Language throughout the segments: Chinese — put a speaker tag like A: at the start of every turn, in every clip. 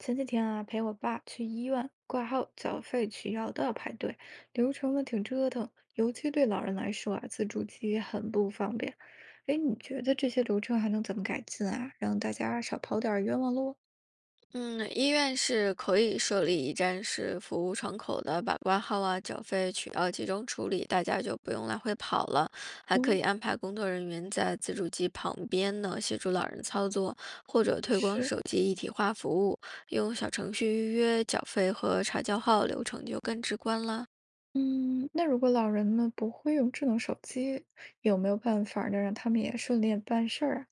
A: 前几天啊，陪我爸去医院挂号、缴费、取药都要排队，流程呢挺折腾，尤其对老人来说啊，自助机很不方便。哎，你觉得这些流程还能怎么改进啊？让大家少跑点儿冤枉路？
B: 嗯，医院是可以设立一站式服务窗口的，把挂号啊、缴费、取药集中处理，大家就不用来回跑了。还可
A: 哦，
B: 以安排工作人员在自助机旁边呢，协助老人操作，或者推广
A: 是，
B: 手机一体化服务，用小程序预约、缴费和查叫号流程就更直观啦。
A: 嗯，那如果老人呢不会用智能手机，有没有办法儿呢让他们也顺利办事儿啊？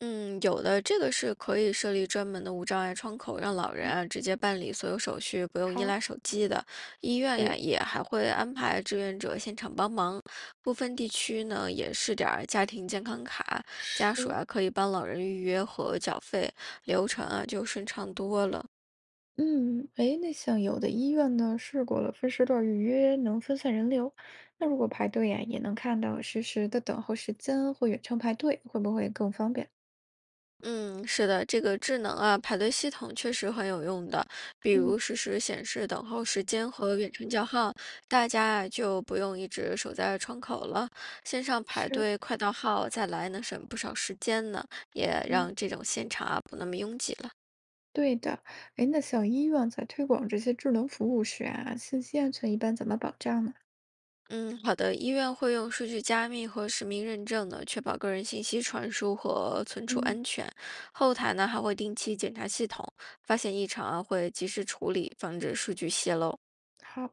B: 嗯，有的，这个是可以设立专门的无障碍窗口，让老人
A: 嗯
B: 啊直接办理所有手续，不用依
A: 好，
B: 赖手机的。医院呀，
A: 对，
B: 也还会安排志愿者现场帮忙。部分地区呢，也试点儿家庭健康卡，家属
A: 是
B: 啊可以帮老人预约和缴费，流程啊就顺畅多了。
A: 嗯，哎，那像有的医院呢，试过了分时段预约，能分散人流。那如果排队呀，也能看到实时的等候时间或远程排队，会不会更方便？
B: 嗯，是的，这个智能啊排队系统确实很有用的，比
A: 嗯，
B: 如实时显示等候时间和远程叫号，大家啊就不用一直守在窗口了，线上排
A: 是，
B: 队快到号再来能省不少时间呢，也
A: 嗯
B: 让这种现场啊不那么拥挤了。
A: 对的，哎，那像医院在推广这些智能服务时啊，信息安全一般怎么保障呢？
B: 嗯，好的，医院会用数据加密和实名认证呢，确保个人信息传输和存储
A: 嗯。
B: 安全。后台呢还会定期检查系统，发现异常啊会及时处理，防止数据泄露。
A: 好，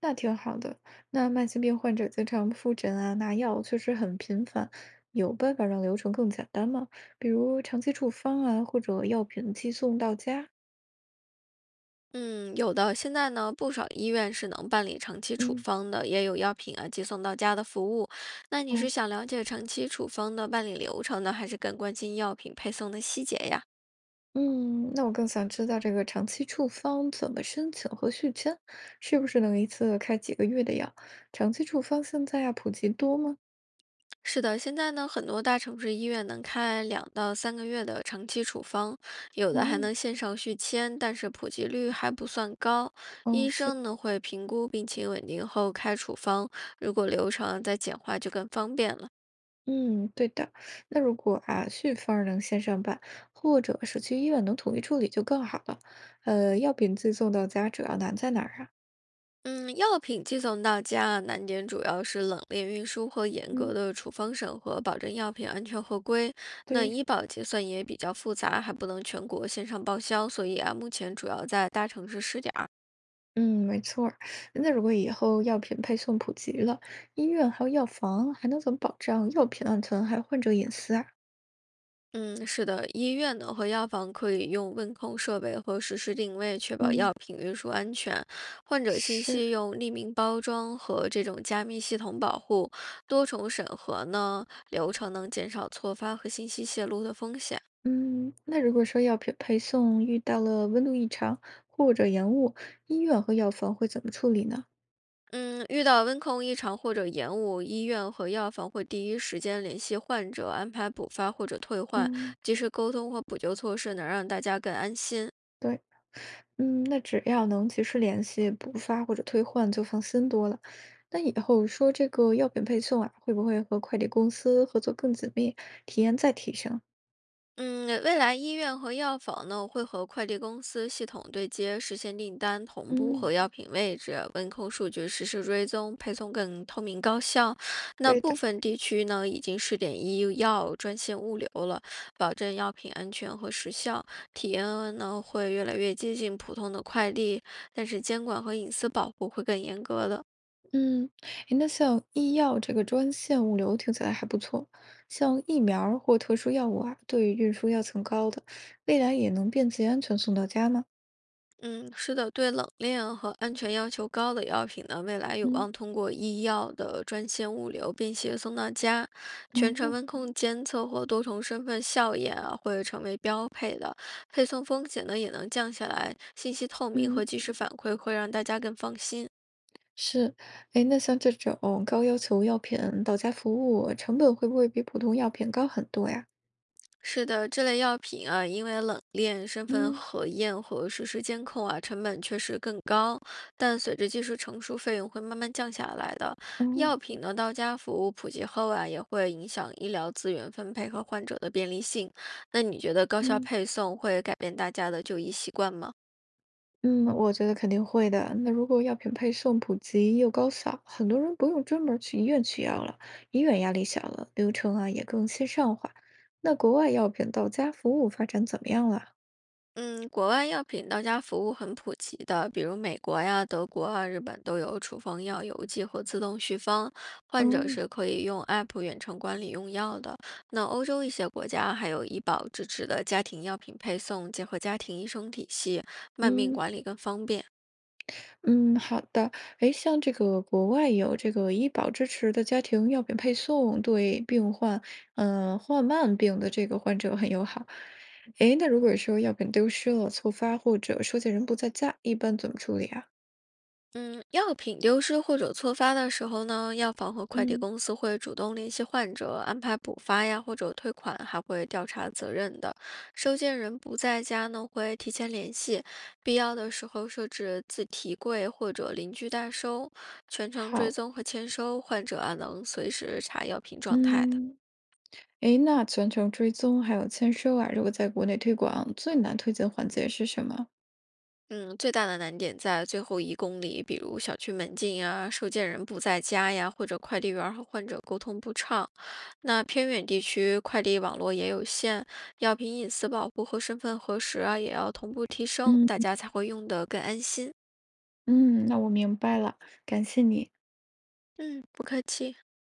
A: 那挺好的。那慢性病患者经常复诊啊，拿药确实很频繁，有办法让流程更简单吗？比如长期处方啊，或者药品寄送到家？
B: 嗯，有的。现在呢，不少医院是能办理长期处
A: 嗯，
B: 方的，也有药品啊寄送到家的服务。那你是
A: 哦，
B: 想了解长期处方的办理流程呢，还是更关心药品配送的细节呀？
A: 嗯，那我更想知道这个长期处方怎么申请和续签，是不是能一次开几个月的药？长期处方现在啊普及多吗？
B: 是的，现在呢，很多大城市医院能开2到3个月的长期处方，有的还
A: 哦，
B: 能线上续签，但是普及率还不算高。
A: 哦，
B: 医
A: 是。
B: 生呢会评估病情稳定后开处方，如果流程啊再简化就更方便了。
A: 嗯，对的。那如果啊，续方儿能线上办，或者社区医院能统一处理就更好了。药品寄送到家主要难在哪儿啊？
B: 嗯，药品寄送到家，难点主要是冷链运输和严格
A: 嗯，
B: 的处方审核，保证药品安全合规。那
A: 对，
B: 医保结算也比较复杂，还不能全国线上报销，所以啊，目前主要在大城市试点儿。
A: 嗯，没错儿那如果以后药品配送普及了，医院还有药房还能怎么保障药品安全还有患者隐私啊？
B: 嗯，是的，医院呢和药房可以用温控设备和实时定位，确保
A: 嗯，
B: 药品运输安全。患者信
A: 是，
B: 息用匿名包装和这种加密系统保护，多重审核呢流程能减少错发和信息泄露的风险。
A: 嗯，那如果说药品配送遇到了温度异常或者延误，医院和药房会怎么处理呢？
B: 嗯，遇到温控异常或者延误，医院和药房会第一时间联系患者，安排补发或者退换，
A: 嗯。
B: 及时沟通或补救措施，能让大家更安心。
A: 对。嗯，那只要能及时联系、补发或者退换，就放心多了。那以后说这个药品配送啊，会不会和快递公司合作更紧密？体验再提升。
B: 嗯，未来医院和药房呢会和快递公司系统对接，实现订单同步和
A: 嗯，
B: 药品位置、温控数据实时追踪，配送更透明高效。那
A: 对
B: 部
A: 的。
B: 分地区呢已经试点医药专线物流了，保证药品安全和时效。体验呢会越来越接近普通的快递，但是监管和隐私保护会更严格的。
A: 嗯，诶那像医药这个专线物流听起来还不错，像疫苗儿或特殊药物啊，对于运输要求高的，未来也能便捷安全送到家吗？
B: 嗯，是的，对冷链和安全要求高的药品呢，未来有
A: 嗯
B: 望通过医药的专线物流便携送到家，全
A: 嗯
B: 程
A: 嗯。
B: 温控监测或多重身份效验啊，会成为标配的。配送风险呢也能降下来，信息透明
A: 嗯。
B: 和及时反馈会让大家更放心。
A: 是，哎，那像这种高要求药品到家服务，成本会不会比普通药品高很多呀？
B: 是的，这类药品啊，因为冷链、身份
A: 嗯
B: 核验和实时监控啊，成本确实更高，但随着技术成熟，费用会慢慢降下来的。
A: 嗯
B: 药品呢，到家服务普及后啊，也会影响医疗资源分配和患者的便利性。那你觉得高效
A: 嗯
B: 配送会改变大家的就医习惯吗？
A: 嗯，我觉得肯定会的。那如果药品配送普及又高效，很多人不用专门儿去医院取药了，医院压力小了，流程啊也更线上化。那国外药品到家服务发展怎么样了？
B: 嗯，国外药品到家服务很普及的，比如美国呀、德国啊、日本都有处方药邮寄或自动续方，患者
A: 嗯
B: 是可以用 App 远程管理用药的。那欧洲一些国家还有医保支持的家庭药品配送，结合家庭医生体系，慢病
A: 嗯。
B: 管理更方便。
A: 嗯，好的。诶，像这个国外有这个医保支持的家庭药品配送，对病患，嗯、患慢病的这个患者很友好。诶，那如果说药品丢失了、错发或者收件人不在家，一般怎么处理啊？
B: 嗯，药品丢失或者错发的时候呢，药房和快递
A: 嗯，
B: 公司会主动联系患者，安排补发呀，或者退款，还会调查责任的。收件人不在家呢，会提前联系，必要的时候设置自提柜或者邻居代收，全程追
A: 好，
B: 踪和签收，患者啊能随时查药品状态的。
A: 嗯，诶，那全程追踪还有签收啊，如果在国内推广，最难推荐环节是什么？
B: 嗯，最大的难点在最后1公里，比如小区门禁呀、收件人不在家呀，或者快递员儿和患者沟通不畅。那偏远地区快递网络也有限，药品隐私保护和身份核实啊，也要同步提升，大
A: 嗯。
B: 家才会用得更安心。
A: 嗯，那我明白了，感谢你。
B: 嗯，不客气。